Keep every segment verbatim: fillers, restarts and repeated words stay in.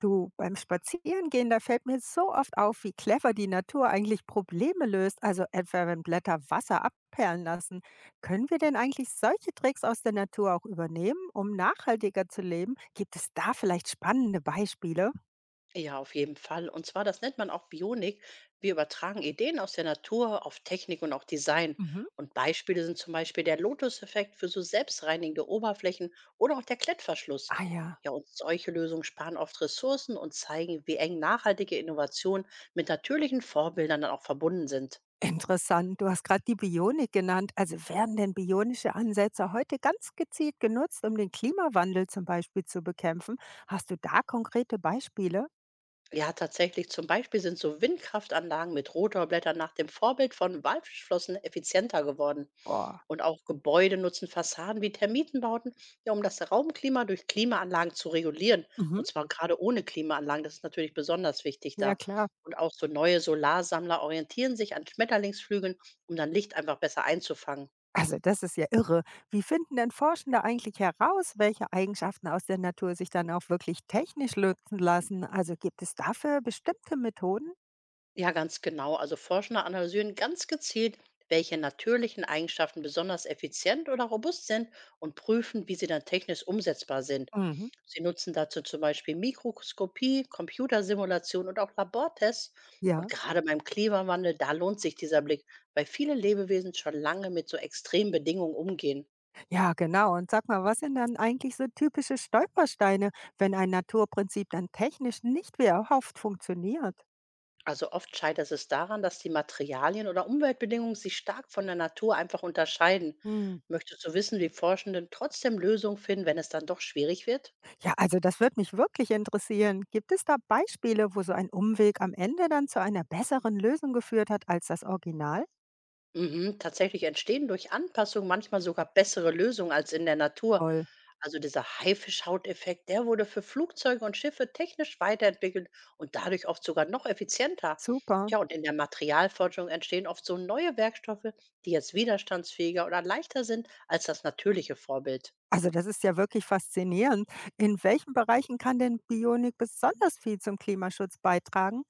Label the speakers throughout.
Speaker 1: Du, beim Spazierengehen, da fällt mir so oft auf, wie clever die Natur eigentlich Probleme löst, also etwa wenn Blätter Wasser abperlen lassen. Können wir denn eigentlich solche Tricks aus der Natur auch übernehmen, um nachhaltiger zu leben? Gibt es da vielleicht spannende Beispiele?
Speaker 2: Ja, auf jeden Fall. Und zwar, das nennt man auch Bionik. Wir übertragen Ideen aus der Natur auf Technik und auch Design.
Speaker 1: Mhm.
Speaker 2: Und Beispiele sind zum Beispiel der Lotus-Effekt für so selbstreinigende Oberflächen oder auch der Klettverschluss.
Speaker 1: Ah ja,
Speaker 2: Ja, und solche Lösungen sparen oft Ressourcen und zeigen, wie eng nachhaltige Innovationen mit natürlichen Vorbildern dann auch verbunden sind.
Speaker 1: interessant. Du hast gerade die Bionik genannt. Also werden denn bionische Ansätze heute ganz gezielt genutzt, um den Klimawandel zum Beispiel zu bekämpfen? Hast du da konkrete Beispiele?
Speaker 2: Ja, tatsächlich, zum Beispiel sind so Windkraftanlagen mit Rotorblättern nach dem Vorbild von Walfischflossen effizienter geworden.
Speaker 1: Boah.
Speaker 2: Und auch Gebäude nutzen Fassaden wie Termitenbauten, ja, um das Raumklima durch Klimaanlagen zu regulieren.
Speaker 1: Mhm.
Speaker 2: Und zwar gerade ohne Klimaanlagen, das ist natürlich besonders wichtig
Speaker 1: Ja,
Speaker 2: da.
Speaker 1: klar.
Speaker 2: Und auch so neue Solarsammler orientieren sich an Schmetterlingsflügeln, um dann Licht einfach besser einzufangen.
Speaker 1: Also das ist ja irre. Wie finden denn Forschende eigentlich heraus, welche Eigenschaften aus der Natur sich dann auch wirklich technisch lösen lassen? Also gibt es dafür bestimmte Methoden?
Speaker 2: Ja, ganz genau. Also Forscher analysieren ganz gezielt, welche natürlichen Eigenschaften besonders effizient oder robust sind und prüfen, wie sie dann technisch umsetzbar sind.
Speaker 1: Mhm.
Speaker 2: Sie nutzen dazu zum Beispiel Mikroskopie, Computersimulation und auch Labortests. Und
Speaker 1: Ja,
Speaker 2: gerade beim Klimawandel, da lohnt sich dieser Blick, weil viele Lebewesen schon lange mit so extremen Bedingungen umgehen.
Speaker 1: ja, genau. Und sag mal, was sind dann eigentlich so typische Stolpersteine, wenn ein Naturprinzip dann technisch nicht wie erhofft funktioniert?
Speaker 2: Also oft scheitert es daran, dass die Materialien oder Umweltbedingungen sich stark von der Natur einfach unterscheiden.
Speaker 1: Hm.
Speaker 2: Möchtest du wissen, wie Forschenden trotzdem Lösungen finden, wenn es dann doch schwierig wird?
Speaker 1: Ja, also das würde mich wirklich interessieren. Gibt es da Beispiele, wo so ein Umweg am Ende dann zu einer besseren Lösung geführt hat als das Original?
Speaker 2: Mhm, tatsächlich entstehen durch Anpassung manchmal sogar bessere Lösungen als in der Natur.
Speaker 1: Toll.
Speaker 2: Also dieser Haifischhauteffekt, der wurde für Flugzeuge und Schiffe technisch weiterentwickelt und dadurch oft sogar noch effizienter.
Speaker 1: Super.
Speaker 2: Tja, und in der Materialforschung entstehen oft so neue Werkstoffe, die jetzt widerstandsfähiger oder leichter sind als das natürliche Vorbild.
Speaker 1: Also, das ist ja wirklich faszinierend. In welchen Bereichen kann denn Bionik besonders viel zum Klimaschutz beitragen?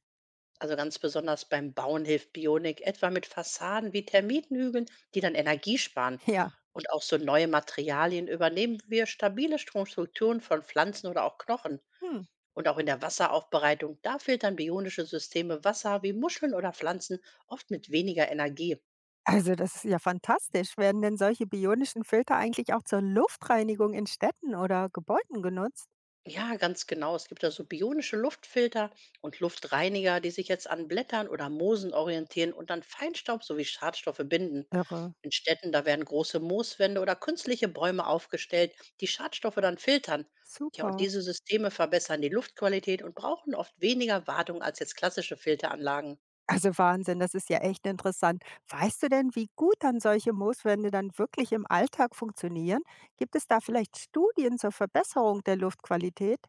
Speaker 2: Also ganz besonders beim Bauen hilft Bionik etwa mit Fassaden wie Termitenhügeln, die dann Energie sparen.
Speaker 1: Ja.
Speaker 2: Und auch so neue Materialien übernehmen wir stabile Strukturen von Pflanzen oder auch Knochen.
Speaker 1: Hm.
Speaker 2: Und auch in der Wasseraufbereitung, da filtern bionische Systeme Wasser wie Muscheln oder Pflanzen oft mit weniger Energie.
Speaker 1: Also, das ist ja fantastisch. Werden denn solche bionischen Filter eigentlich auch zur Luftreinigung in Städten oder Gebäuden genutzt?
Speaker 2: Ja, ganz genau. Es gibt da so bionische Luftfilter und Luftreiniger, die sich jetzt an Blättern oder Moosen orientieren und dann Feinstaub sowie Schadstoffe binden.
Speaker 1: Irre.
Speaker 2: In Städten, da werden große Mooswände oder künstliche Bäume aufgestellt, die Schadstoffe dann filtern. Tja, und
Speaker 1: Super.
Speaker 2: diese Systeme verbessern die Luftqualität und brauchen oft weniger Wartung als jetzt klassische Filteranlagen.
Speaker 1: Also Wahnsinn, das ist ja echt interessant. Weißt du denn, wie gut dann solche Mooswände dann wirklich im Alltag funktionieren? Gibt es da vielleicht Studien zur Verbesserung der Luftqualität?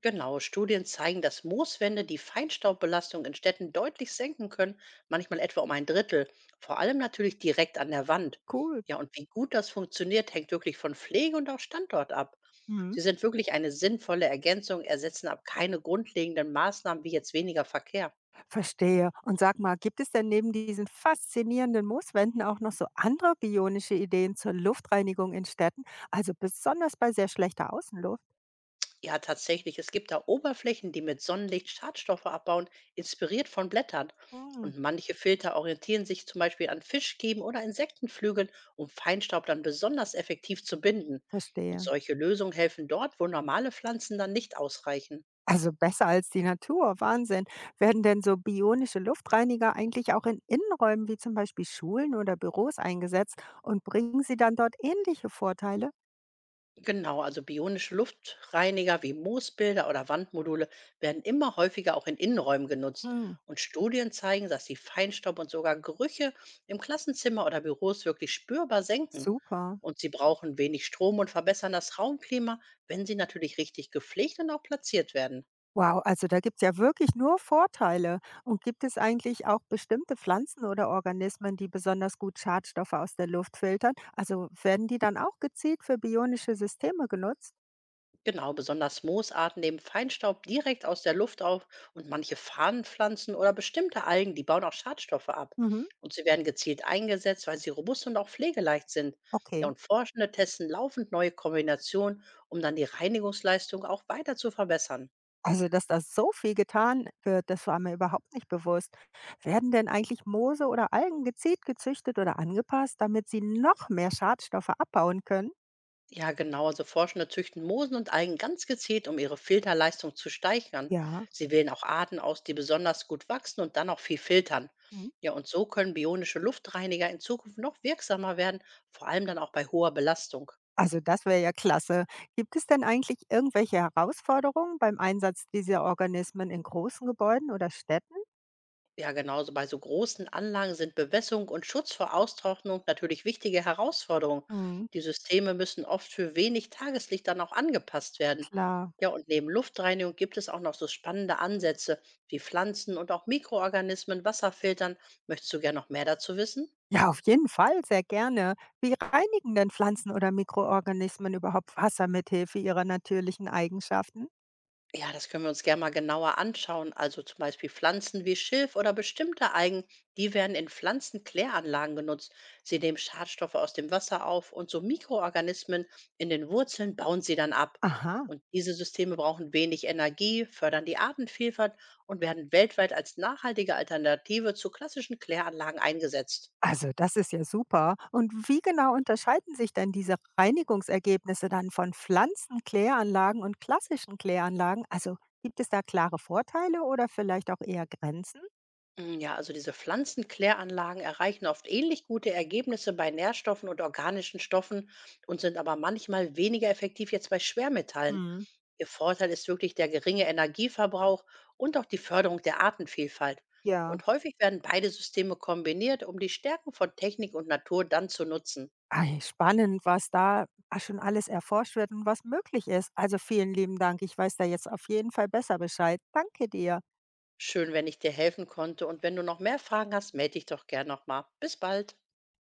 Speaker 2: Genau, Studien zeigen, dass Mooswände die Feinstaubbelastung in Städten deutlich senken können, manchmal etwa um ein Drittel, vor allem natürlich direkt an der Wand.
Speaker 1: Gut.
Speaker 2: Ja, und wie gut das funktioniert, hängt wirklich von Pflege und auch Standort ab.
Speaker 1: Hm.
Speaker 2: Sie sind wirklich eine sinnvolle Ergänzung, ersetzen aber keine grundlegenden Maßnahmen wie jetzt weniger Verkehr.
Speaker 1: Verstehe. Und sag mal, gibt es denn neben diesen faszinierenden Mooswänden auch noch so andere bionische Ideen zur Luftreinigung in Städten? Also besonders bei sehr schlechter Außenluft?
Speaker 2: Ja, tatsächlich. Es gibt da Oberflächen, die mit Sonnenlicht Schadstoffe abbauen, inspiriert von Blättern.
Speaker 1: Hm,
Speaker 2: Und manche Filter orientieren sich zum Beispiel an Fischgeben oder Insektenflügeln, um Feinstaub dann besonders effektiv zu binden. Und
Speaker 1: verstehe.
Speaker 2: solche Lösungen helfen dort, wo normale Pflanzen dann nicht ausreichen.
Speaker 1: Also besser als die Natur. Wahnsinn. Werden denn so bionische Luftreiniger eigentlich auch in Innenräumen wie zum Beispiel Schulen oder Büros eingesetzt und bringen sie dann dort ähnliche Vorteile?
Speaker 2: Genau, also bionische Luftreiniger wie Moosbilder oder Wandmodule werden immer häufiger auch in Innenräumen genutzt.
Speaker 1: Hm,
Speaker 2: Und Studien zeigen, dass sie Feinstaub und sogar Gerüche im Klassenzimmer oder Büros wirklich spürbar senken.
Speaker 1: super.
Speaker 2: Und sie brauchen wenig Strom und verbessern das Raumklima, wenn sie natürlich richtig gepflegt und auch platziert werden.
Speaker 1: Wow, also da gibt's ja wirklich nur Vorteile. Und gibt es eigentlich auch bestimmte Pflanzen oder Organismen, die besonders gut Schadstoffe aus der Luft filtern? Also werden die dann auch gezielt für bionische Systeme genutzt?
Speaker 2: Genau, besonders Moosarten nehmen Feinstaub direkt aus der Luft auf und manche Fahnenpflanzen oder bestimmte Algen, die bauen auch Schadstoffe ab.
Speaker 1: Mhm,
Speaker 2: Und sie werden gezielt eingesetzt, weil sie robust und auch pflegeleicht sind. Ja,
Speaker 1: okay.
Speaker 2: und Forschende testen laufend neue Kombinationen, um dann die Reinigungsleistung auch weiter zu verbessern.
Speaker 1: Also, dass da so viel getan wird, das war mir überhaupt nicht bewusst. Werden denn eigentlich Moose oder Algen gezielt gezüchtet oder angepasst, damit sie noch mehr Schadstoffe abbauen können?
Speaker 2: Ja, genau. Also Forschende züchten Moosen und Algen ganz gezielt, um ihre Filterleistung zu steigern.
Speaker 1: Ja.
Speaker 2: Sie wählen auch Arten aus, die besonders gut wachsen und dann auch viel filtern. Ja, und so können bionische Luftreiniger in Zukunft noch wirksamer werden, vor allem dann auch bei hoher Belastung.
Speaker 1: Also das wäre ja klasse. Gibt es denn eigentlich irgendwelche Herausforderungen beim Einsatz dieser Organismen in großen Gebäuden oder Städten?
Speaker 2: Ja, genauso bei so großen Anlagen sind Bewässerung und Schutz vor Austrocknung natürlich wichtige Herausforderungen.
Speaker 1: Mhm.
Speaker 2: Die Systeme müssen oft für wenig Tageslicht dann auch angepasst werden.
Speaker 1: Klar.
Speaker 2: Ja, und neben Luftreinigung gibt es auch noch so spannende Ansätze wie Pflanzen und auch Mikroorganismen, Wasserfiltern. Möchtest du gern noch mehr dazu wissen?
Speaker 1: Ja, auf jeden Fall, sehr gerne. Wie reinigen denn Pflanzen oder Mikroorganismen überhaupt Wasser mithilfe ihrer natürlichen Eigenschaften?
Speaker 2: Ja, das können wir uns gerne mal genauer anschauen. Also zum Beispiel Pflanzen wie Schilf oder bestimmte Algen, die werden in Pflanzenkläranlagen genutzt. Sie nehmen Schadstoffe aus dem Wasser auf und so Mikroorganismen in den Wurzeln bauen sie dann ab.
Speaker 1: Aha,
Speaker 2: Und diese Systeme brauchen wenig Energie, fördern die Artenvielfalt und werden weltweit als nachhaltige Alternative zu klassischen Kläranlagen eingesetzt.
Speaker 1: also das ist ja super. Und wie genau unterscheiden sich denn diese Reinigungsergebnisse dann von Pflanzenkläranlagen und klassischen Kläranlagen? Also gibt es da klare Vorteile oder vielleicht auch eher Grenzen?
Speaker 2: Mm, Ja, also diese Pflanzenkläranlagen erreichen oft ähnlich gute Ergebnisse bei Nährstoffen und organischen Stoffen und sind aber manchmal weniger effektiv jetzt bei Schwermetallen.
Speaker 1: Hm.
Speaker 2: Ihr Vorteil ist wirklich der geringe Energieverbrauch und auch die Förderung der Artenvielfalt.
Speaker 1: Ja.
Speaker 2: Und häufig werden beide Systeme kombiniert, um die Stärken von Technik und Natur dann zu nutzen.
Speaker 1: Ei, spannend, was da schon alles erforscht wird und was möglich ist. Also, vielen lieben Dank. Ich weiß da jetzt auf jeden Fall besser Bescheid. Danke dir.
Speaker 2: Schön, wenn ich dir helfen konnte und wenn du noch mehr Fragen hast, melde dich doch gern nochmal. Bis bald.